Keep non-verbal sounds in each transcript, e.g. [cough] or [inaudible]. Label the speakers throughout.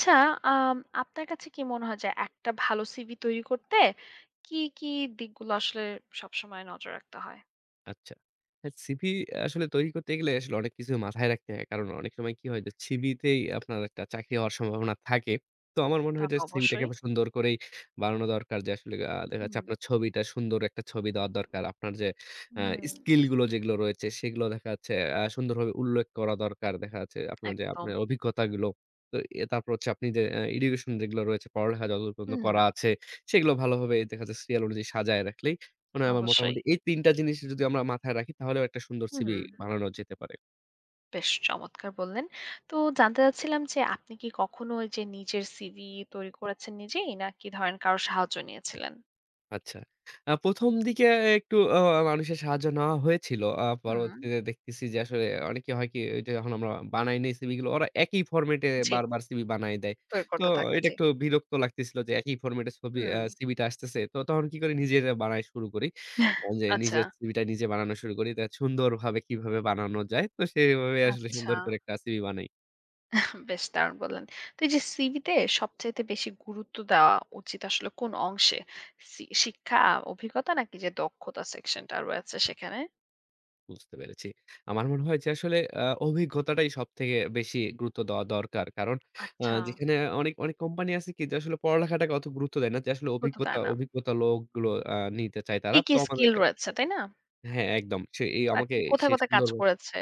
Speaker 1: আচ্ছা, আম আপনার কাছে কি মনে হয় যে একটা ভালো সিভি তৈরি করতে কি, কি দিকগুলো আসলে সবসময় নজর রাখতে হয়?
Speaker 2: আচ্ছা। হ্যাঁ, সিভি আসলে তৈরি করতে গেলে আসলে অনেক কিছু মাথায় রাখতে হয়। কারণ অনেক সময় কি হয় যে সিভিতেই আপনার একটা চাকরি হওয়ার সম্ভাবনা থাকে। তো আমার মনে
Speaker 1: তা
Speaker 2: হয় যে
Speaker 1: তো
Speaker 2: সিভিটাকে
Speaker 1: অবশ্যই।
Speaker 2: আবার সুন্দর করেই বানানো দরকার যে আসলে দেখা
Speaker 1: হুম,
Speaker 2: যাচ্ছে আপনার ছবিটা সুন্দর একটা ছবি দেওয়া দরকার। আপনার যে আ
Speaker 1: হুম,
Speaker 2: স্কিল গুলো যেগুলো রয়েছে সেগুলো দেখা যাচ্ছে সুন্দরভাবে উল্লেখ করা দরকার। দেখা যাচ্ছে আপনার যে
Speaker 1: একদম।
Speaker 2: আপনার অভিজ্ঞতাগুলো। তো তারপর হচ্ছে আপনি যে এডুকেশন যেগুলো রয়েছে পড়ালেখা যতদূর পর্যন্ত
Speaker 1: হুম,
Speaker 2: করা আছে সেগুলো ভালোভাবে দেখা যাচ্ছে সিরিয়াল অনুযায়ী সাজায় রাখলেই মানে আমার
Speaker 1: অবশ্যই।
Speaker 2: মোটামুটি এই ৩ টা জিনিস যদি আমরা মাথায় রাখি তাহলেও একটা সুন্দর সিভি
Speaker 1: হুম,
Speaker 2: বানানো যেতে পারে।
Speaker 1: বেশ চমৎকার বললেন। তো জানতে চাচ্ছিলাম যে আপনি কি কখনো ওই যে নিজের সিভি তৈরি করেছেন নিজেই? নাকি ধরেন কারো সাহায্য নিয়েছিলেন?
Speaker 2: আচ্ছা। ১ম দিকে একটু মানুষের সাহায্য নেওয়া হয়েছিল।
Speaker 1: হুম,
Speaker 2: পরবর্তীতে দেখতেছি যে আসলে অনেকে হয় কি ওইটা যখন আমরা বানাই নেই সিভি গুলো ওরা একই ফরমেটে
Speaker 1: জি,
Speaker 2: বারবার সিভি বানায় দেয়।
Speaker 1: তৈরি
Speaker 2: তো
Speaker 1: করতে থাকে,
Speaker 2: এটা
Speaker 1: জি।
Speaker 2: একটু বিরক্ত লাগতেছিল যে একই ফরমেটে ছবি
Speaker 1: হুম,
Speaker 2: সিভিটা আসতেছে। তো তখন কি করি নিজেরা বানায় শুরু করি। যে
Speaker 1: আচ্ছা,
Speaker 2: নিজের সিভিটা নিজে বানানো শুরু করি। তা সুন্দরভাবে কিভাবে বানানো যায়। তো সেভাবে আসলে
Speaker 1: আচ্ছা।
Speaker 2: সুন্দর করে একটা সিভি বানাই।
Speaker 1: বেশ দারুণ বললেন। তো এই যে সিভিতে সবচাইতে বেশি গুরুত্ব দেওয়া উচিত আসলে কোন অংশে? শিক্ষা, অভিজ্ঞতা নাকি যে দক্ষতা সেকশনটা রয়েছে সেখানে?
Speaker 2: বুঝতে পেরেছি। আমার মনে হয় যে আসলে অভিজ্ঞতাটাই সবথেকে বেশি গুরুত্ব দেওয়া দরকার। কারণ
Speaker 1: আচ্ছা,
Speaker 2: যেখানে অনেক, অনেক কোম্পানি আছে কি যে আসলে পড়ালেখাটাকে অত গুরুত্ব দেয় না যে আসলে
Speaker 1: গুরুত্ব
Speaker 2: অভিজ্ঞতা,
Speaker 1: দেয় না।
Speaker 2: অভিজ্ঞতা লোকগুলো নিতে চায় তারা।
Speaker 1: কি,
Speaker 2: তো
Speaker 1: কি স্কিল
Speaker 2: আমাদেরকে
Speaker 1: রয়েছে, তাই না?
Speaker 2: হ্যাঁ, একদম। সে এই
Speaker 1: বা
Speaker 2: আমাকে
Speaker 1: কি কোথায়,
Speaker 2: সেই
Speaker 1: কোথায় কাজ
Speaker 2: সুন্দর
Speaker 1: করেছে?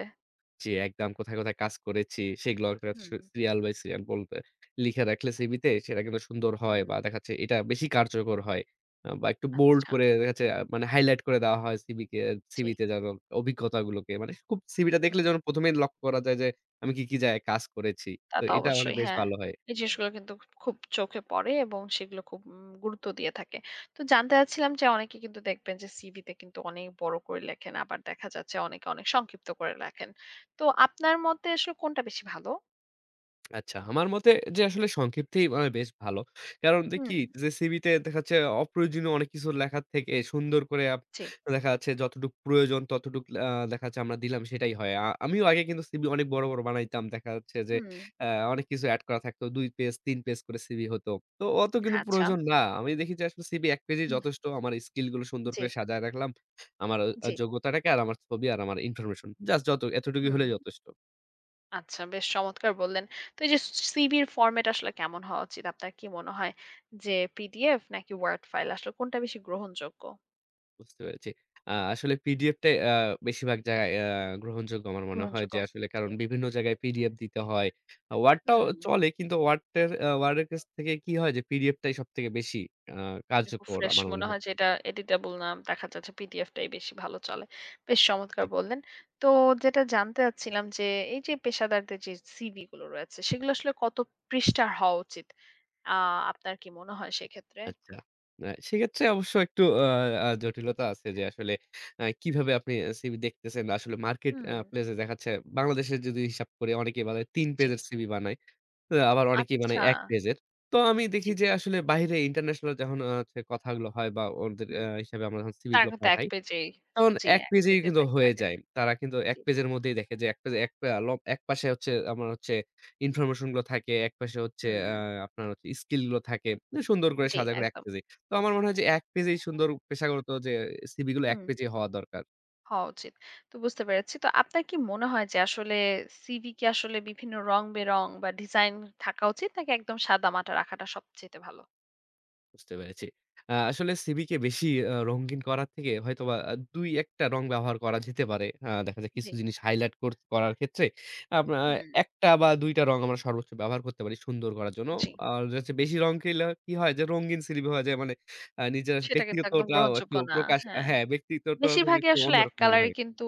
Speaker 2: জি, একদম। কোথায়, কোথায় কাজ করেছি সেগুলো একটা
Speaker 1: হুম,
Speaker 2: সিরিয়াল বাই সিরিয়াল বলতে লিখে রাখলে সিভিতে সেটা কিন্তু সুন্দর হয়
Speaker 1: হুম।
Speaker 2: বা দেখা যাচ্ছে এটা বেশি কার্যকর হয়। বা একটু বোল্ড
Speaker 1: আচ্ছা,
Speaker 2: করে দেখা যাচ্ছে মানে হাইলাইট করে দেওয়া হয় সিভিকে
Speaker 1: জি।
Speaker 2: সিভিতে যেন অভিজ্ঞতাগুলোকে মানে খুব সিভিটা দেখলে
Speaker 1: হুম।
Speaker 2: যেন ১ম এই লক্ষ্য করা যায় যে আমি কি, কি জায়গায় কাজ করেছি।
Speaker 1: তা
Speaker 2: তো
Speaker 1: তো
Speaker 2: এটা মানে
Speaker 1: অবশ্যই,
Speaker 2: বেশ
Speaker 1: হ্যাঁ।
Speaker 2: ভালো হয়।
Speaker 1: এই জিনিসগুলো কিন্তু খুব চোখে পড়ে এবং সেগুলো খুব গুরুত্ব দিয়ে থাকে। তো জানতে চাচ্ছিলাম যে অনেকে কিন্তু দেখবেন যে সিভিতে কিন্তু অনেক বড় করে লেখেন। আবার দেখা যাচ্ছে অনেকে অনেক সংক্ষিপ্ত করে লেখেন। তো আপনার মতে আসলে কোনটা বেশি ভালো?
Speaker 2: আচ্ছা, আমার মতে যে আসলে সংক্ষিপ্তেই মানে বেশ ভালো। কারণ দে কি
Speaker 1: হুম,
Speaker 2: যে সিভিতে দেখা যাচ্ছে অপ্রয়োজনীয় অনেক কিছু লেখার থেকে সুন্দর করে
Speaker 1: জি,
Speaker 2: দেখা যাচ্ছে যতটুক প্রয়োজন ততটুক দেখা যাচ্ছে আমরা দিলাম সেটাই হয়। আমিও আগে কিন্তু সিভি অনেক বড়, বড় বানাইতাম। দেখা যাচ্ছে যে
Speaker 1: হুম,
Speaker 2: অ্যা অনেক কিছু এড করা থাকতো। ২ পেজ ৩ পেজ করে সিভি হতো। তো অত কিন্তু
Speaker 1: আচ্ছা।
Speaker 2: প্রয়োজন না। আমি দেখি যে আসলে সিভি ১ পেজেই
Speaker 1: উহ
Speaker 2: যথেষ্ট। আমার স্কিল গুলো সুন্দর
Speaker 1: জি,
Speaker 2: করে সাজায় রাখলাম। আমার
Speaker 1: জি,
Speaker 2: যোগ্যতাটাকে আর আমার ছবি আর আমার ইনফরমেশন। জাস্ট যত এতটুকুই
Speaker 1: হুম।
Speaker 2: হলেই যথেষ্ট।
Speaker 1: আচ্ছা, বেশ চমৎকার বললেন। তো এই যে সিভির ফরমেট আসলে কেমন হওয়া উচিত? আপনার কি মনে হয় যে পিডিএফ নাকি ওয়ার্ড ফাইল আসলে কোনটা বেশি গ্রহণযোগ্য?
Speaker 2: বুঝতে পেরেছি। আসলে পিডিএফটাই বেশিরভাগ জায়গায় গ্রহণযোগ্য আমার মনে হয়
Speaker 1: গ্রহণযোগ্য?
Speaker 2: যে আসলে কারণ
Speaker 1: জি,
Speaker 2: বিভিন্ন জায়গায় পিডিএফ দিতে হয়। ওয়ার্ডটাও
Speaker 1: হুম।
Speaker 2: চলে কিন্তু ওয়ার্ডের কাছ থেকে কি হয় যে পিডিএফটাই সবথেকে বেশি আ
Speaker 1: এটা খুব
Speaker 2: কার্যকর
Speaker 1: ফ্রেশ
Speaker 2: আমার মনে
Speaker 1: মনে
Speaker 2: হয়।
Speaker 1: হয় যে এটা এডিটেবল না দেখা যাচ্ছে পিডিএফ টাই বেশি ভালো চলে। বেশ চমৎকার
Speaker 2: জি,
Speaker 1: বললেন। তো যেটা জানতে চাচ্ছিলাম যে এই যে পেশাদারদের যে সিভি গুলো রয়েছে সেগুলো আসলে কত পৃষ্ঠার হওয়া উচিত? আ আপনার কি মনে হয় সেক্ষেত্রে?
Speaker 2: আচ্ছা। সেক্ষেত্রে অবশ্য একটু আ আ জটিলতা আছে যে আসলে কিভাবে আপনি সিভি দেখতেছেন? আসলে মার্কেট
Speaker 1: হুম,
Speaker 2: প্লেস এ দেখাচ্ছে বাংলাদেশের যদি হিসাব করি অনেকেই বলে ৩
Speaker 1: জি।
Speaker 2: পেজের সিভি বানায়। তো আবার অনেকেই মানে
Speaker 1: আচ্ছা,
Speaker 2: এক পেজের। তো আমি
Speaker 1: জি,
Speaker 2: দেখি যে আসলে বাইরে ইন্টারন্যাশনাল যখন হচ্ছে কথাগুলো হয় বা ওদের
Speaker 1: হুম।
Speaker 2: হিসাবে আমরা যখন সিভি
Speaker 1: তারা
Speaker 2: গুলো
Speaker 1: কিন্তু ১
Speaker 2: পাঠাই,
Speaker 1: পেজেই
Speaker 2: তখন
Speaker 1: জি,
Speaker 2: এক
Speaker 1: ১
Speaker 2: পেজেই
Speaker 1: পেজে
Speaker 2: কিন্তু
Speaker 1: থাকে,
Speaker 2: হয়ে
Speaker 1: থাকে।
Speaker 2: যায়। তারা কিন্তু এক
Speaker 1: জি,
Speaker 2: পেজের মধ্যেই দেখে যে এক পেজে এক পা ল একপাশে হচ্ছে আমার হচ্ছে ইনফরমেশন গুলো থাকে, একপাশে হচ্ছে
Speaker 1: হুম,
Speaker 2: আপনার হচ্ছে স্কিল গুলো থাকে। মানে সুন্দর করে
Speaker 1: জি
Speaker 2: সাজা করে এক
Speaker 1: একদম।
Speaker 2: পেজে। তো আমার মনে হয় যে এক পেজেই সুন্দর পেশাগত যে সিভি গুলো এক
Speaker 1: হুম।
Speaker 2: পেজেই হওয়া দরকার।
Speaker 1: হওয়া উচিত। তো বুঝতে পেরেছি। তো আপনার কি মনে হয় যে আসলে সিভি কি আসলে বিভিন্ন রং-বেরং বা ডিজাইন থাকা উচিত নাকি একদম সাদামাটা রাখাটা সবচাইতে ভালো?
Speaker 2: বুঝতে পেরেছি। আসলে সিভিকে বেশি রঙিন করার থেকে হয়তোবা ২-১ টা রং ব্যবহার করা যেতে পারে। দেখা যায়
Speaker 1: জি।
Speaker 2: কিছু জিনিস হাইলাইট করার ক্ষেত্রে আমরা
Speaker 1: হুম,
Speaker 2: ১ টা বা ২ টা রং আমরা সর্বোচ্চ ব্যবহার করতে পারি সুন্দর করার জন্য।
Speaker 1: জি।
Speaker 2: আর হচ্ছে বেশি রং খেলে কি হয় যে রঙিন সিভি হয়ে যায় মানে নিজের
Speaker 1: সেটা কিন্তু একদম
Speaker 2: ব্যক্তিগতটাও
Speaker 1: গ্রহণযোগ্য
Speaker 2: একটু
Speaker 1: না।
Speaker 2: প্রকাশ
Speaker 1: হ্যাঁ।
Speaker 2: হ্যাঁ, ব্যক্তিত্বটাও
Speaker 1: বেশিরভাগই
Speaker 2: একটু
Speaker 1: আসলে এক
Speaker 2: অন্যরকম মনে
Speaker 1: কালারই
Speaker 2: হয়।
Speaker 1: কিন্তু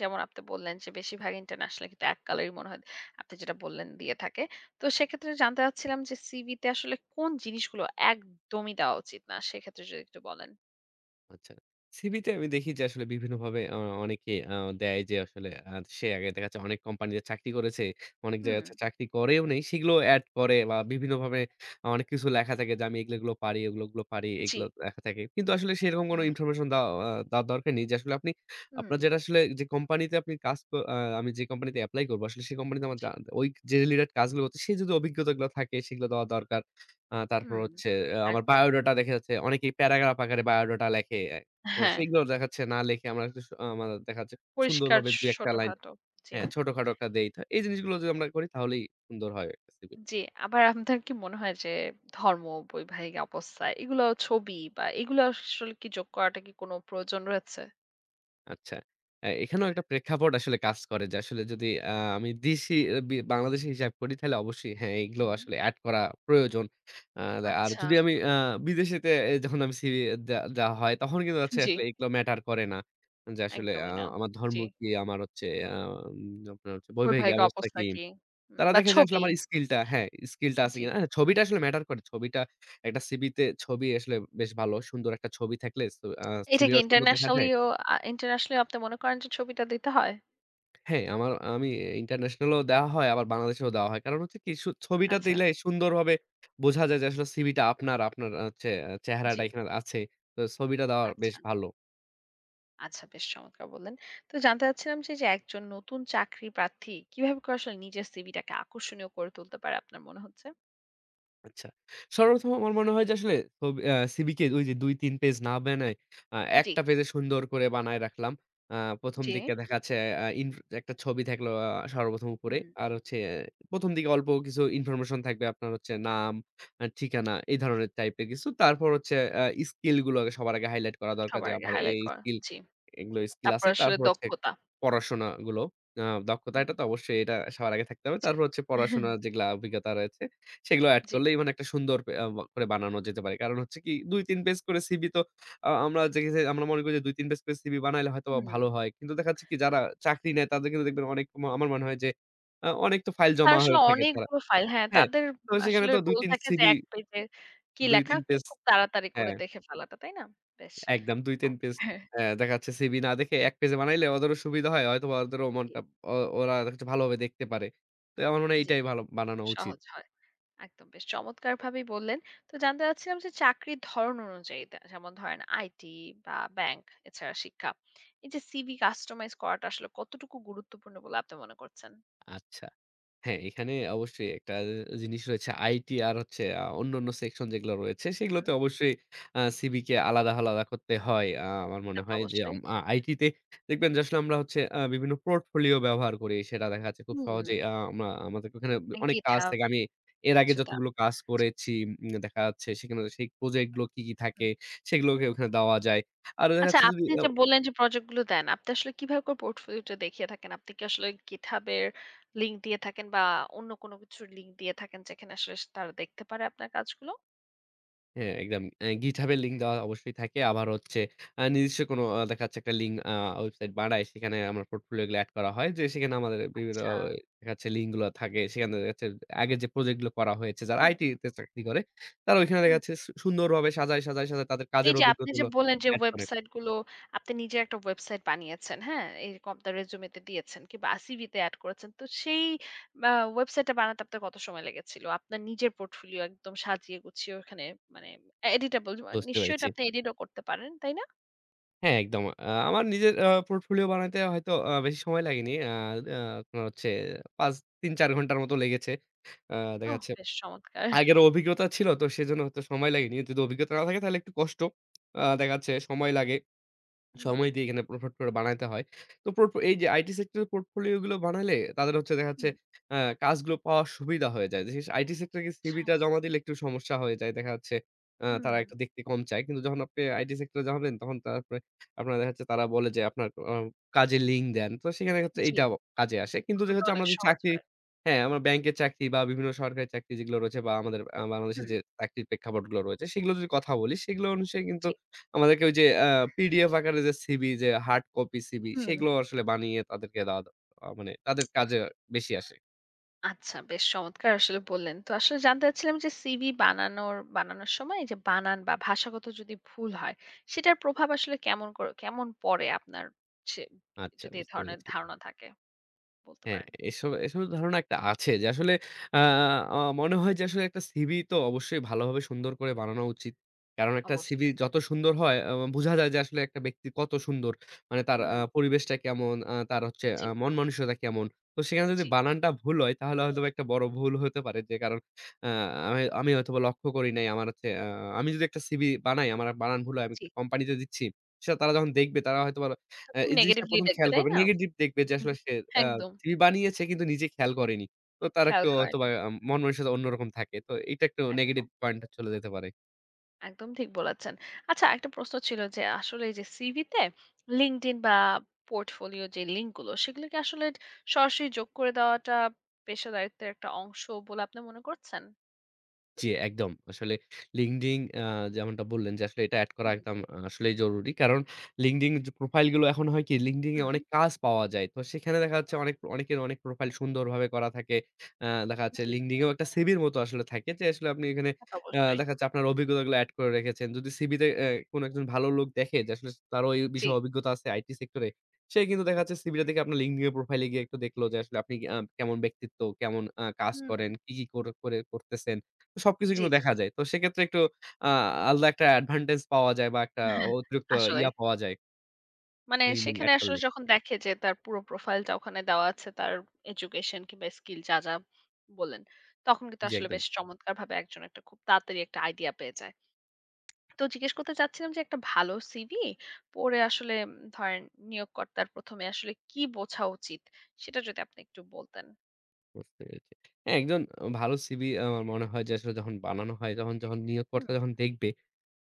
Speaker 1: যেমন আপনি বললেন যে বেশিরভাগ ইন্টারন্যাশনাল কিন্তু এক কালারই মনে হয় আপনি যেটা বললেন দিয়ে থাকে। তো সেক্ষেত্রে জানতে চাচ্ছিলাম যে সিভিতে আসলে কোন জিনিসগুলো একদমই দেওয়া উচিত না? সেক্ষেত্রে যদি একটু বলেন।
Speaker 2: আচ্ছা। সিভিতে আমি দেখি যে আসলে বিভিন্নভাবে অনেকে দেয় যে আসলে সে আগে দেখা যাচ্ছে অনেক কোম্পানিতে চাকরি করেছে। অনেক
Speaker 1: হুম,
Speaker 2: জায়গায় চাকরি করেও নেই। সেগুলো এড করে বা বিভিন্নভাবে অনেক কিছু লেখা থাকে যে আমি এগুলো, এগুলো পারি, ওগুলো, ওগুলো পারি।
Speaker 1: জি।
Speaker 2: এগুলো লেখা থাকে। কিন্তু আসলে সেরকম কোনো
Speaker 1: হুম,
Speaker 2: ইনফরমেশন দেওয়া দেওয়ার দরকার নেই যে আসলে আপনি
Speaker 1: হুম,
Speaker 2: আপনার যেটা আসলে যে কোম্পানিতে আপনি কাজ ক আ আমি যে কোম্পানিতে এপ্লাই করব আসলে সেই কোম্পানিতে আমার
Speaker 1: জি।
Speaker 2: ওই যে রিলেটেড কাজগুলো হচ্ছে সেই যদি অভিজ্ঞতাগুলো থাকে সেগুলো দেওয়া দরকার। তারপর
Speaker 1: হুম,
Speaker 2: হচ্ছে আমার
Speaker 1: একদম।
Speaker 2: বায়োডাটা দেখা যাচ্ছে অনেকেই প্যারাগ্রাফ আকারে বায়োডাটা লেখে।
Speaker 1: হ্যাঁ,
Speaker 2: সেগুলো দেখা যাচ্ছে না লেখে আমরা একটু আমার দেখা যাচ্ছে
Speaker 1: পরিষ্কার
Speaker 2: সুন্দরভাবে ২-১ টা লাইন
Speaker 1: ছোটখাটো। জি,
Speaker 2: হ্যাঁ, ছোটখাটো একটা দেই। তো এই জিনিসগুলো যদি আমরা করি তাহলেই সুন্দর হয় একটা CV।
Speaker 1: জি। আবার আপনার কি মনে হয় যে ধর্ম, বৈবাহিক অবস্থা এগুলো ছবি বা এগুলো আসলে কি যোগ করাটা কি কোনো প্রয়োজন রয়েছে?
Speaker 2: আচ্ছা। এখানেও একটা প্রেক্ষাপট আসলে কাজ করে যে আসলে যদি আমি দেশি আ বি বাংলাদেশী হিসাব করি তাহলে অবশ্যই হ্যাঁ, এগুলো
Speaker 1: হুম,
Speaker 2: আসলে এড করা প্রয়োজন। আ আর
Speaker 1: আচ্ছা।
Speaker 2: যদি আমি বিদেশেতে যখন আমি সিভি দেওয়া হয় তখন কিন্তু হচ্ছে
Speaker 1: জি,
Speaker 2: আসলে এগুলো ম্যাটার করে না। যে আসলে
Speaker 1: একদমই না।
Speaker 2: আমার ধর্ম
Speaker 1: জি,
Speaker 2: কি? আমার হচ্ছে আপনার হচ্ছে বৈবাহিক
Speaker 1: বৈবাহিক
Speaker 2: অবস্থা
Speaker 1: অবস্থা
Speaker 2: কি?
Speaker 1: কি
Speaker 2: তারা
Speaker 1: বা
Speaker 2: দেখে যে আসলে
Speaker 1: ছবি।
Speaker 2: আমার স্কিলটা হ্যাঁ, স্কিলটা আছে
Speaker 1: জি।
Speaker 2: কিনা। হ্যাঁ, ছবিটা আসলে ম্যাটার করে। ছবিটা একটা সিভিতে ছবি আসলে বেশ ভালো। সুন্দর একটা ছবি থাকলে ছ আ
Speaker 1: এটা কি
Speaker 2: সিভিটাও সুন্দর দেখা যায়।
Speaker 1: ইন্টারন্যাশনালিও ইন্টারন্যাশনালিও আপনি মনে করেন যে ছবিটা দিতে হয়?
Speaker 2: হ্যাঁ, আমি ইন্টারন্যাশনাল এও দেওয়া হয়, আবার বাংলাদেশেও দেওয়া হয়। কারণ হচ্ছে কি ছবিটা
Speaker 1: আচ্ছা,
Speaker 2: দিলে সুন্দরভাবে বোঝা যায় যে আসলে সিভিটা আপনার, আপনার হচ্ছে আ চে চেহারাটা
Speaker 1: জি,
Speaker 2: এখানে আছে। তো ছবিটা দেওয়া বেশ
Speaker 1: আচ্ছা।
Speaker 2: ভালো।
Speaker 1: আচ্ছা বেশ চমৎকার বললেন। তো জানতে চাচ্ছিলাম যে, যে একজন নতুন চাকরি প্রার্থী কিভাবে করে আসলে নিজের সিভিটাকে আকর্ষণীয় করে তুলতে পারে আপনার মনে হচ্ছে?
Speaker 2: আচ্ছা। সর্বপ্রথম আমার মনে হয় যে আসলে ছবি আ সিভিকে ওই যে ২-৩ পেজ না বানায়
Speaker 1: জি।
Speaker 2: একটা পেজে সুন্দর করে বানায় রাখলাম। আ ১ম
Speaker 1: যে
Speaker 2: দিকে দেখা যাচ্ছে আ ইন একটা ছবি থাকলো সর্বপ্রথম উপরে।
Speaker 1: হুম,
Speaker 2: আর হচ্ছে ১ম দিকে অল্প কিছু ইনফরমেশন থাকবে আপনার হচ্ছে নাম, ঠিকানা এই ধরনের টাইপের কিছু। তারপর হচ্ছে আ স্কিল গুলো আগে সবার আগে হাইলাইট করা দরকার যে
Speaker 1: সবার আগে
Speaker 2: আমার এই
Speaker 1: হাইলাইট করা।
Speaker 2: স্কিল
Speaker 1: জি।
Speaker 2: এগুলো স্কিল
Speaker 1: তারপর
Speaker 2: আছে।
Speaker 1: আসলে
Speaker 2: তারপর হচ্ছে
Speaker 1: দক্ষতা।
Speaker 2: পড়াশোনাগুলো দক্ষতা
Speaker 1: হুম,
Speaker 2: এটা তো অবশ্যই এটা সবার আগে থাকতে হবে।
Speaker 1: জি।
Speaker 2: তারপর হচ্ছে
Speaker 1: [laughs]
Speaker 2: পড়াশোনার যেগুলা অভিজ্ঞতা রয়েছে সেগুলো এড
Speaker 1: জি।
Speaker 2: করলেই মানে একটা সুন্দর পে আ করে বানানো যেতে পারে। কারণ হচ্ছে কি ২-৩ পেজ করে সিভি তো আমরা দেখেছি আমরা মনে করি যে ২-৩ পেজ করে সিভি বানাইলে হয়তোবা
Speaker 1: হুম।
Speaker 2: ভালো হয়। কিন্তু দেখা যাচ্ছে কি যারা চাকরি নেয় তাদের কিন্তু দেখবেন অনেক ম আমার মনে হয় যে অনেক তো ফাইল
Speaker 1: তারা
Speaker 2: জমা হয়ে
Speaker 1: আসলে
Speaker 2: থাকে তারা
Speaker 1: অনেকগুলো ফাইল হ্যাঁ,
Speaker 2: হ্যাঁ,
Speaker 1: তাদের
Speaker 2: তো সেখানে
Speaker 1: আসলে
Speaker 2: তো
Speaker 1: গোল
Speaker 2: ২-৩
Speaker 1: থাকে যে
Speaker 2: সিভি
Speaker 1: ১ পেজে কি লেখা
Speaker 2: ২-৩
Speaker 1: একটু
Speaker 2: পেজ
Speaker 1: খুব তাড়াতাড়ি করে
Speaker 2: হ্যাঁ,
Speaker 1: দেখে ফেলাটা, তাই না? বেশ।
Speaker 2: একদম ২-৩ পেজ
Speaker 1: হ্যাঁ,
Speaker 2: দেখা যাচ্ছে সিভি না দেখে ১ পেজে বানাইলে ওদেরও সুবিধা হয়। হয়তোবা ওদেরও
Speaker 1: জি,
Speaker 2: মনটা ও ওরা দেখা যাচ্ছে ভালোভাবে দেখতে পারে। তো আমার মনে হয়
Speaker 1: জি।
Speaker 2: এইটাই ভালো বানানো উচিত।
Speaker 1: সহজ হয়। একদম বেশ চমৎকারভাবেই বললেন। তো জানতে চাচ্ছিলাম যে চাকরির ধরন অনুযায়ী যেমন ধরেন আইটি বা ব্যাংক এছাড়া শিক্ষা। এই যে সিভি কাস্টমাইজ করাটা আসলে কতটুকু গুরুত্বপূর্ণ বলে আপনি মনে করছেন?
Speaker 2: আচ্ছা। হ্যাঁ, এখানে অবশ্যই একটা জিনিস রয়েছে আইটি আর হচ্ছে অন্যান্য সেকশন যেগুলো রয়েছে
Speaker 1: হুম,
Speaker 2: সেগুলোতে অবশ্যই সিভি কে আলাদা, আলাদা করতে হয়। আমার
Speaker 1: তা
Speaker 2: মনে
Speaker 1: তো
Speaker 2: হয় যে
Speaker 1: অবশ্যই।
Speaker 2: আম আ আইটি তে দেখবেন যে আসলে আমরা হচ্ছে বিভিন্ন পোর্টফোলিও ব্যবহার করি। সেটা দেখা যাচ্ছে খুব
Speaker 1: হুম,
Speaker 2: সহজেই আ আমা আমাদের ওখানে অনেক কাজ
Speaker 1: GitHub
Speaker 2: থাকে। আমি এর আগে
Speaker 1: কিছু দেওয়া
Speaker 2: যতগুলো কাজ
Speaker 1: উচিত।
Speaker 2: করেছি দেখা যাচ্ছে সেখানে সেই প্রজেক্ট গুলো কি, কি থাকে
Speaker 1: হুম।
Speaker 2: সেগুলোকে ওখানে দেওয়া যায়। আরো দেখা
Speaker 1: আচ্ছা
Speaker 2: যাচ্ছে যদি
Speaker 1: আপনি যে বললেন যে প্রজেক্ট গুলো দেন, আপনি আসলে কিভাবে করে পোর্টফোলিওটা দেখিয়ে থাকেন? আপনি কি আসলে GitHub এর লিংক দিয়ে থাকেন বা অন্য কোনো কিছুর লিংক দিয়ে থাকেন যেখানে আসলে তারা দেখতে পারে আপনার কাজগুলো?
Speaker 2: হ্যাঁ, একদম। GitHub এর লিঙ্ক দেওয়া অবশ্যই থাকে। আবার হচ্ছে নিজস্ব কোনো দেখা যাচ্ছে একটা লিঙ্ক ওয়েবসাইট বানায়। সেখানে আমার পোর্টফোলিও গুলো এড করা হয়। যে সেখানে আমাদের বিভিন্ন
Speaker 1: আচ্ছা।
Speaker 2: দেখা যাচ্ছে লিঙ্ক গুলো থাকে। সেখানে দেখা যাচ্ছে আগের যে প্রজেক্ট গুলো করা হয়েছে, যারা
Speaker 1: হুম।
Speaker 2: আইটি তে চাকরি করে, তারা ওইখানে দেখা যাচ্ছে সুন্দরভাবে সাজায়, সাজায়, সাজায় তাদের কাজের
Speaker 1: এই যে আপনি যে
Speaker 2: অভিজ্ঞতাগুলো
Speaker 1: বললেন যে
Speaker 2: এড করে।
Speaker 1: ওয়েবসাইট গুলো আপনি নিজে একটা ওয়েবসাইট বানিয়েছেন, হ্যাঁ? এরকম আপনার রেজুমেতে দিয়েছেন কিংবা সিভি তে এড করেছেন। তো সেই আ ওয়েবসাইটটা বানাতে আপনার কত সময় লেগেছিল? আপনার নিজের পোর্টফোলিও একদম সাজিয়ে গুছিয়ে ওখানে মানে এডিটেবল
Speaker 2: বুঝতে
Speaker 1: নিশ্চয়ই
Speaker 2: পেরেছি।
Speaker 1: এটা আপনি এডিটও করতে পারেন, তাই না?
Speaker 2: হ্যাঁ, একদম। আমার নিজের পোর্টফোলিও বানাইতে হয়তো বেশি সময় লাগেনি। আ আ আপনার হচ্ছে ৫ ৩-৪ ঘন্টার মতো লেগেছে। আ দেখা
Speaker 1: ওহ!
Speaker 2: যাচ্ছে
Speaker 1: বেশ চমৎকার।
Speaker 2: আগের অভিজ্ঞতা ছিল তো সেজন্য হয়তো সময়
Speaker 1: জি।
Speaker 2: লাগেনি। যদি অভিজ্ঞতা না থাকে তাহলে একটু কষ্ট। দেখা যাচ্ছে সময় লাগে।
Speaker 1: হুম।
Speaker 2: সময় দিয়ে এখানে পোর্টফোলিও বানাইতে হয়। তো এই যে আইটি সেক্টরের পোর্টফোলিও গুলো বানালে তাদের হচ্ছে দেখা যাচ্ছে আ কাজগুলো পাওয়ার সুবিধা হয়ে যায়। বিশেষ আইটি সেক্টরে
Speaker 1: আচ্ছা।
Speaker 2: সিভিটা জমা দিলে একটু সমস্যা হয়ে যায়। দেখা যাচ্ছে
Speaker 1: হুম।
Speaker 2: তারা একটু দেখতে কম চায়। কিন্তু যখন আপনি আইটি সেক্টরে জমাবেন তখন তারপরে আপনার দেখা যাচ্ছে তারা বলে যে আপনার কাজের লিঙ্ক দেন। তো সেখানে হচ্ছে
Speaker 1: জি,
Speaker 2: এইটা কাজে আসে। কিন্তু
Speaker 1: তখন
Speaker 2: দেখা
Speaker 1: তো
Speaker 2: যাচ্ছে
Speaker 1: অনেক
Speaker 2: আমরা যদি
Speaker 1: সহজ
Speaker 2: চাকরি
Speaker 1: হয়।
Speaker 2: হ্যাঁ, আমরা ব্যাংকের চাকরি বা বিভিন্ন সরকারি চাকরি যেগুলো রয়েছে বা আমাদের বাংলাদেশে
Speaker 1: হুম,
Speaker 2: যে চাকরির প্রেক্ষাপটগুলো রয়েছে সেগুলো যদি কথা বলি সেগুলো অনুসারে কিন্তু
Speaker 1: জি।
Speaker 2: আমাদেরকে ওই যে পিডিএফ আকারে যে সিভি যে হার্ড কপি সিভি
Speaker 1: হুম।
Speaker 2: সেগুলো আসলে বানিয়ে তাদেরকে দেওয়া দ আ মানে তাদের কাজে বেশি আসে।
Speaker 1: আচ্ছা বেশ চমৎকার আসলে বললেন। তো আসলে জানতে চাচ্ছিলাম যে সিভি বানানোর বানানোর সময় এই যে বানান বা ভাষাগত যদি ভুল হয়, সেটার প্রভাব আসলে কেমন করে কেমন পড়ে আপনার সে
Speaker 2: আচ্ছা
Speaker 1: যদি এ
Speaker 2: বুঝতে
Speaker 1: ধরনের
Speaker 2: পেরেছি।
Speaker 1: ধারণা থাকে বলতে
Speaker 2: হ্যাঁ,
Speaker 1: পারেন?
Speaker 2: এসবের ধারণা একটা আছে যে আসলে আ আ মনে হয় যে আসলে একটা সিভি তো অবশ্যই ভালোভাবে সুন্দর করে বানানো উচিত। কারণ একটা সিভি
Speaker 1: অবশ্যই।
Speaker 2: যত সুন্দর হয় বুঝা যায় যে আসলে একটা ব্যক্তি কত সুন্দর। মানে তার
Speaker 1: হুম,
Speaker 2: পরিবেশটা কেমন, তার হচ্ছে
Speaker 1: জি,
Speaker 2: মন মানসিকতা কেমন। তো সেখানে যদি
Speaker 1: জি,
Speaker 2: বানানটা ভুল হয় তাহলে হয়তোবা একটা বড় ভুল হতে পারে যে কারণ আ আমি আমি হয়তোবা লক্ষ্য করি নাই আমার হচ্ছে আমি যদি একটা সিভি বানাই আমার বানান ভুল হয় আমি
Speaker 1: জি।
Speaker 2: কোম্পানিতে দিচ্ছি। সেটা তারা যখন দেখবে তারা হয়তোবা
Speaker 1: তো খুব
Speaker 2: এই জিনিসটা
Speaker 1: নেগেটিভলি
Speaker 2: ১ম
Speaker 1: দেখবে,
Speaker 2: খেয়াল
Speaker 1: তাই
Speaker 2: করবে।
Speaker 1: না?
Speaker 2: নেগেটিভ দেখবে যে
Speaker 1: হুম,
Speaker 2: আসলে সে আ
Speaker 1: একদম।
Speaker 2: যিনি বানিয়েছে কিন্তু নিজে খেয়াল করেনি। তো তার
Speaker 1: খেয়াল
Speaker 2: একটু হ্যাঁ। হয়তোবা
Speaker 1: করেনি।
Speaker 2: মন মানসিকতা অন্যরকম থাকে। তো এইটা একটু নেগেটিভ
Speaker 1: একদম।
Speaker 2: পয়েন্ট চলে যেতে পারে।
Speaker 1: একদম ঠিক বলেছেন। আচ্ছা একটা প্রশ্ন ছিল যে আসলে এই যে সিভিতে LinkedIn বা পোর্টফোলিও যে লিঙ্ক গুলো সেগুলো কি আসলে সরাসরি যোগ করে দেওয়াটা পেশাদারিত্বের একটা অংশ বলে আপনি মনে করছেন?
Speaker 2: জি, একদম। আসলে LinkedIn যেমনটা বললেন যে, আসলে এটা এড করা
Speaker 1: হুম,
Speaker 2: একদম আসলেই জরুরি। কারণ LinkedIn যে প্রোফাইল গুলো এখন হয় কি LinkedIn এ
Speaker 1: হুম,
Speaker 2: অনেক কাজ পাওয়া যায়। তো সেখানে দেখা যাচ্ছে অনেক অনেকের অনেক প্রোফাইল সুন্দরভাবে করা থাকে। দেখা যাচ্ছে
Speaker 1: জি।
Speaker 2: LinkedIn এও একটা সিভির মতো আসলে থাকে যে, আসলে আপনি এখানে
Speaker 1: তা তো অবশ্যই।
Speaker 2: দেখা যাচ্ছে আপনার অভিজ্ঞতাগুলো এড করে রেখেছেন। যদি সিভিতে এ কোনো একজন ভালো লোক দেখে যে, আসলে তারও এই
Speaker 1: জি।
Speaker 2: বিষয়ে অভিজ্ঞতা আছে আইটি সেক্টরে, সে কিন্তু দেখা যাচ্ছে সিভিটা দেখে আপনার LinkedIn এর প্রোফাইলে গিয়ে একটু দেখলো যে, আসলে আপনি কেমন ব্যক্তিত্ব, কেমন কাজ
Speaker 1: হুম,
Speaker 2: করেন, কি, কি করে করতেছেন। সবকিছু
Speaker 1: জি,
Speaker 2: কিন্তু
Speaker 1: জি,
Speaker 2: দেখা
Speaker 1: জি।
Speaker 2: যায়। তো সেক্ষেত্রে একটু আ আলাদা একটা অ্যাডভান্টেজ পাওয়া যায় বা একটা
Speaker 1: [laughs] হ্যাঁ,
Speaker 2: অতিরিক্ত
Speaker 1: আসলেই।
Speaker 2: ইয়া পাওয়া যায়
Speaker 1: মানে
Speaker 2: LinkedIn
Speaker 1: সেখানে
Speaker 2: এড করলে।
Speaker 1: আসলে যখন দেখে যে তার পুরো প্রোফাইলটা ওখানে দেওয়া আছে, তার এডুকেশন কিংবা স্কিল যা, যা বললেন, তখন কিন্তু
Speaker 2: জি,
Speaker 1: আসলে
Speaker 2: একদম।
Speaker 1: বেশ চমৎকারভাবে একজন একটা খুব তাড়াতাড়ি একটা আইডিয়া পেয়ে যায়। তো জিজ্ঞেস করতে চাচ্ছিলাম যে একটা ভালো সিভি পড়ে আসলে ধরেন নিয়োগকর্তার প্রথমে আসলে কি বোঝা উচিত সেটা যদি আপনি একটু বলতেন
Speaker 2: বুঝতে পেরেছি। হ্যাঁ, একজন ভালো সিভি আমার মনে হয় যে আসলে যখন বানানো হয়, যখন যখন
Speaker 1: হুম
Speaker 2: নিয়োগকর্তা যখন দেখবে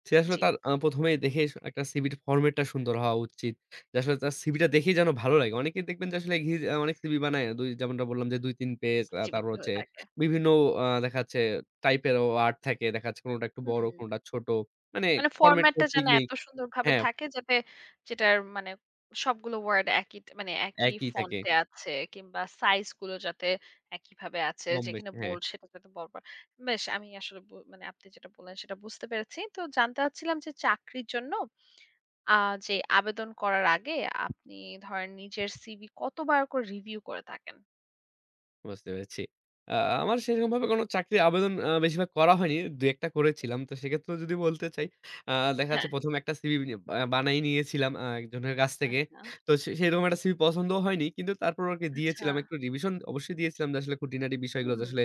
Speaker 2: সে আসলে
Speaker 1: জি
Speaker 2: তার ১ম এই দেখেই স একটা সিভির ফরমেটটা সুন্দর হওয়া উচিত। যে আসলে তার সিভিটা দেখেই যেন ভালো লাগে। অনেকেই দেখবেন যে আসলে ঘি অনেক সিভি বানায়। দুই যেমনটা বললাম যে ২-৩ পেজ
Speaker 1: জীবিত
Speaker 2: তারপর
Speaker 1: হয়ে
Speaker 2: হচ্ছে
Speaker 1: থাকে
Speaker 2: বিভিন্ন দেখা যাচ্ছে টাইপেরও আর্ট থাকে। দেখা যাচ্ছে কোনটা একটু বড়,
Speaker 1: হুম
Speaker 2: কোনটা ছোট। মানে
Speaker 1: মানে
Speaker 2: ফরমেট কোনো
Speaker 1: ফরম্যাটটা
Speaker 2: ঠিক
Speaker 1: যেন
Speaker 2: নেই
Speaker 1: এত সুন্দরভাবে
Speaker 2: হ্যাঁ,
Speaker 1: থাকে যাতে যেটার মানে সবগুলো ওয়ার্ড একই মানে একই
Speaker 2: একই থাকে।
Speaker 1: ফন্টে আছে কিংবা সাইজ গুলো যাতে একইভাবে আছে
Speaker 2: কম
Speaker 1: যেখানে
Speaker 2: বেশি হ্যাঁ।
Speaker 1: বোল্ড সেটা যাতে বরাবর বেশ আমি আসলে মানে আপনি যেটা বললেন সেটা বুঝতে পেরেছি তো জানতে চাচ্ছিলাম যে চাকরির জন্য আ যে আবেদন করার আগে আপনি ধরেন নিজের সিভি কতবার করে রিভিউ করে থাকেন?
Speaker 2: বুঝতে পেরেছি। আ আমার সেরকমভাবে কোনো চাকরির আবেদন বেশিরভাগ করা হয়নি। ২-১ টা করেছিলাম। তো সেক্ষেত্রেও যদি বলতে চাই, আ দেখা যাচ্ছে
Speaker 1: হ্যাঁ,
Speaker 2: ১ম একটা সিভি বিনি বানায় নিয়েছিলাম একজনের কাছ থেকে।
Speaker 1: আচ্ছা,
Speaker 2: তো সে সেরকম একটা সিভি পছন্দও হয়নি। কিন্তু তারপরেও আরকি
Speaker 1: আচ্ছা।
Speaker 2: দিয়েছিলাম। একটু রিভিশন অবশ্যই দিয়েছিলাম যে আসলে খুঁটিনাটি বিষয়গুলো
Speaker 1: হুম,
Speaker 2: যে আসলে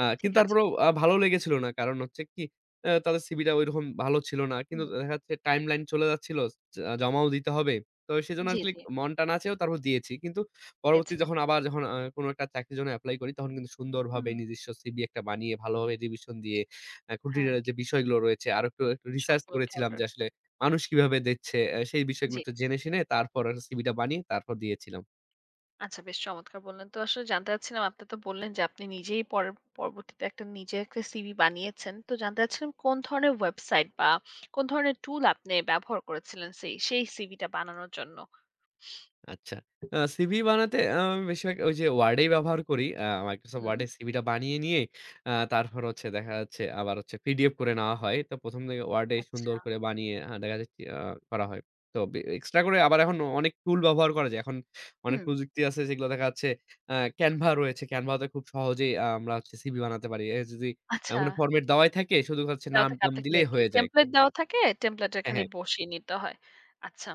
Speaker 2: আ
Speaker 1: ঠিক
Speaker 2: কিন্তু
Speaker 1: আছে
Speaker 2: তারপরেও
Speaker 1: কিনা?
Speaker 2: ভালো লেগেছিল না। কারণ হচ্ছে কি তাদের সিভিটা ঐরকম ভালো ছিল না। কিন্তু
Speaker 1: হুম,
Speaker 2: দেখা যাচ্ছে টাইমলাইন চলে যাচ্ছিল। জ জমাও দিতে হবে। তো সেজন্য
Speaker 1: জি,
Speaker 2: আসলে
Speaker 1: জি,
Speaker 2: মন টান আছে তারপর দিয়েছি। কিন্তু পরবর্তী
Speaker 1: গিয়েছিলেন।
Speaker 2: যখন আবার যখন কোনো একটা চাকরির জন্য এপ্লাই করি তখন কিন্তু সুন্দরভাবে
Speaker 1: হুম,
Speaker 2: নিজস্ব সিভি একটা বানিয়ে ভালোভাবে রিভিশন দিয়ে
Speaker 1: হ্যাঁ,
Speaker 2: খুঁটিনাটি যে বিষয়গুলো রয়েছে আরো একটু একটু রিসার্চ
Speaker 1: সবগুলো খেয়াল
Speaker 2: করেছিলাম যে আসলে
Speaker 1: রাখছেন।
Speaker 2: মানুষ কিভাবে দেখছে, অ্যা সেই বিষয়গুলো
Speaker 1: জি,
Speaker 2: একটু জেনে শুনে তারপর সিভিটা বানিয়ে তারপর দিয়েছিলাম।
Speaker 1: আচ্ছা বেশ চমৎকার বললেন। তো আসলে জানতে চাচ্ছিলাম আপনি তো বললেন যে আপনি নিজেই পরবর্তীতে একটা নিজে একটা সিভি বানিয়েছেন। তো জানতে চাচ্ছিলাম কোন ধরনের ওয়েবসাইট বা কোন ধরনের টুল আপনি ব্যবহার করেছিলেন সেই সেই সিভিটা বানানোর জন্য?
Speaker 2: আচ্ছা। সিভি বানাতে বেশিরভাগ ওই যে Word এই ব্যবহার করি। Microsoft
Speaker 1: হুম,
Speaker 2: Word এ সিভিটা বানিয়ে নিয়ে তারপর হচ্ছে দেখা যাচ্ছে আবার হচ্ছে পিডিএফ করে নেওয়া হয়। তো ১ম থেকে Word এ
Speaker 1: আচ্ছা,
Speaker 2: সুন্দর করে বানিয়ে দেখা যাচ্ছে করা হয়। তো বে এক্সট্রা করে আবার এখন অনেক টুল ব্যবহার করা যায়। এখন অনেক
Speaker 1: হুম,
Speaker 2: প্রযুক্তি আছে যেগুলো দেখা যাচ্ছে Canva রয়েছে। Canva তে খুব সহজেই আমরা হচ্ছে সিভি বানাতে পারি। এ যদি
Speaker 1: আচ্ছা।
Speaker 2: ওখানে ফরমেট দেওয়াই থাকে শুধু হচ্ছে
Speaker 1: দেওয়া থাকে
Speaker 2: নাম-টাম
Speaker 1: আপনাকে
Speaker 2: দিলেই
Speaker 1: দেখি।
Speaker 2: হয়ে যায়।
Speaker 1: টেমপ্লেট দেওয়া থাকে, টেমপ্লেটে
Speaker 2: হ্যাঁ,
Speaker 1: খালি
Speaker 2: হ্যাঁ।
Speaker 1: বসিয়ে নিতে হয়। আচ্ছা।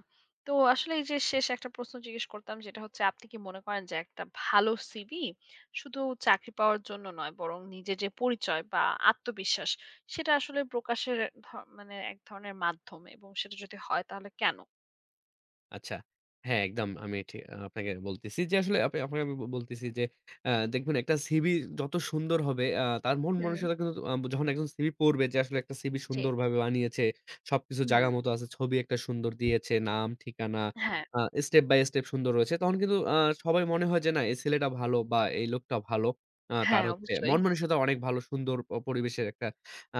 Speaker 1: তো আসলে এই যে শেষ একটা প্রশ্ন জিজ্ঞেস করতাম যেটা হচ্ছে আপনি কি মনে করেন যে একটা ভালো সিভি শুধু চাকরি পাওয়ার জন্য নয় বরং নিজের যে পরিচয় বা আত্মবিশ্বাস সেটা আসলে প্রকাশের ধ মানে এক ধরনের মাধ্যম এবং সেটা যদি হয় তাহলে কেন?
Speaker 2: আচ্ছা। হ্যাঁ, একদম আমি ঠিক আপনাকে বলতেছি যে আসলে আপনি আপনাকে আমি ব- বলতেছি যে দেখবেন একটা সিভি যত সুন্দর হবে তার মন
Speaker 1: হুম,
Speaker 2: মানসিকতা কিন্তু যখন একজন সিভি পড়বে যে আসলে একটা সিভি
Speaker 1: জি।
Speaker 2: সুন্দরভাবে বানিয়েছে। সবকিছু
Speaker 1: হুম,
Speaker 2: জায়গা মতো আছে। ছবি একটা সুন্দর দিয়েছে, নাম, ঠিকানা
Speaker 1: হ্যাঁ,
Speaker 2: আ স্টেপ বাই স্টেপ সুন্দর রয়েছে। তখন কিন্তু সবাই মনে হয় যে না এই ছেলেটা ভালো বা এই লোকটা ভালো। তার
Speaker 1: হ্যাঁ
Speaker 2: হচ্ছে
Speaker 1: অবশ্যই।
Speaker 2: মন মানসিকতা অনেক ভালো সুন্দর প পরিবেশের একটা আ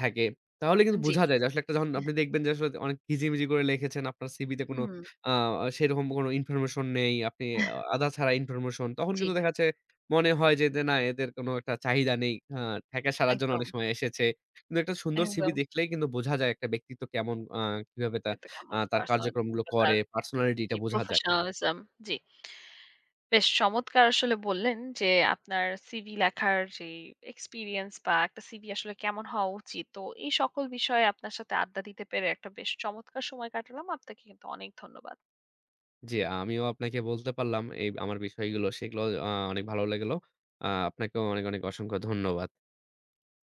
Speaker 2: থাকে। তাহলে কিন্তু
Speaker 1: জি,
Speaker 2: বোঝা যায় যে আসলে একটা যখন আপনি দেখবেন যে আসলে অনেক ঘিজিমিজি করে লিখেছেন আপনার সিভিতে কোন
Speaker 1: হুম,
Speaker 2: আ সেরকম কোনো ইনফরমেশন নেই। আপনি
Speaker 1: [laughs]
Speaker 2: আধা ছাড়া ইনফরমেশন। তখন
Speaker 1: জি,
Speaker 2: কিন্তু দেখা যাচ্ছে মনে হয় যে, যে, না এদের কোনো একটা চাহিদা নেই। ঠেকা সারার জন্য
Speaker 1: একদম,
Speaker 2: অনেক সময় এসেছে। কিন্তু একটা সুন্দর সিভি
Speaker 1: একদম।
Speaker 2: দেখলেই কিন্তু বোঝা যায় একটা ব্যক্তিত্ব কেমন কিভাবে তা
Speaker 1: ব্যক্তিত্ব কেমন,
Speaker 2: তার
Speaker 1: পার্সোনালিটি
Speaker 2: কার্যক্রমগুলো
Speaker 1: কিংবা তার
Speaker 2: করে, পার্সোনালিটিটা
Speaker 1: জি
Speaker 2: বোঝা যায়।
Speaker 1: প্রফেশনালিজম জি। বেশ চমৎকার আসলে বললেন যে আপনার সিভি লেখার যে এক্সপিরিয়েন্স বা একটা সিভি আসলে কেমন হওয়া উচিত তো এই সকল বিষয়ে আপনার সাথে আড্ডা দিতে পেরে একটা বেশ চমৎকার সময় কাটালাম আপনাকে কিন্তু অনেক ধন্যবাদ
Speaker 2: জি, আমিও আপনাকে বলতে পারলাম এই আমার বিষয়গুলো। সেগুলো অনেক ভালো লাগলো। আপনাকেও অনেক, অনেক অসংখ্য ধন্যবাদ।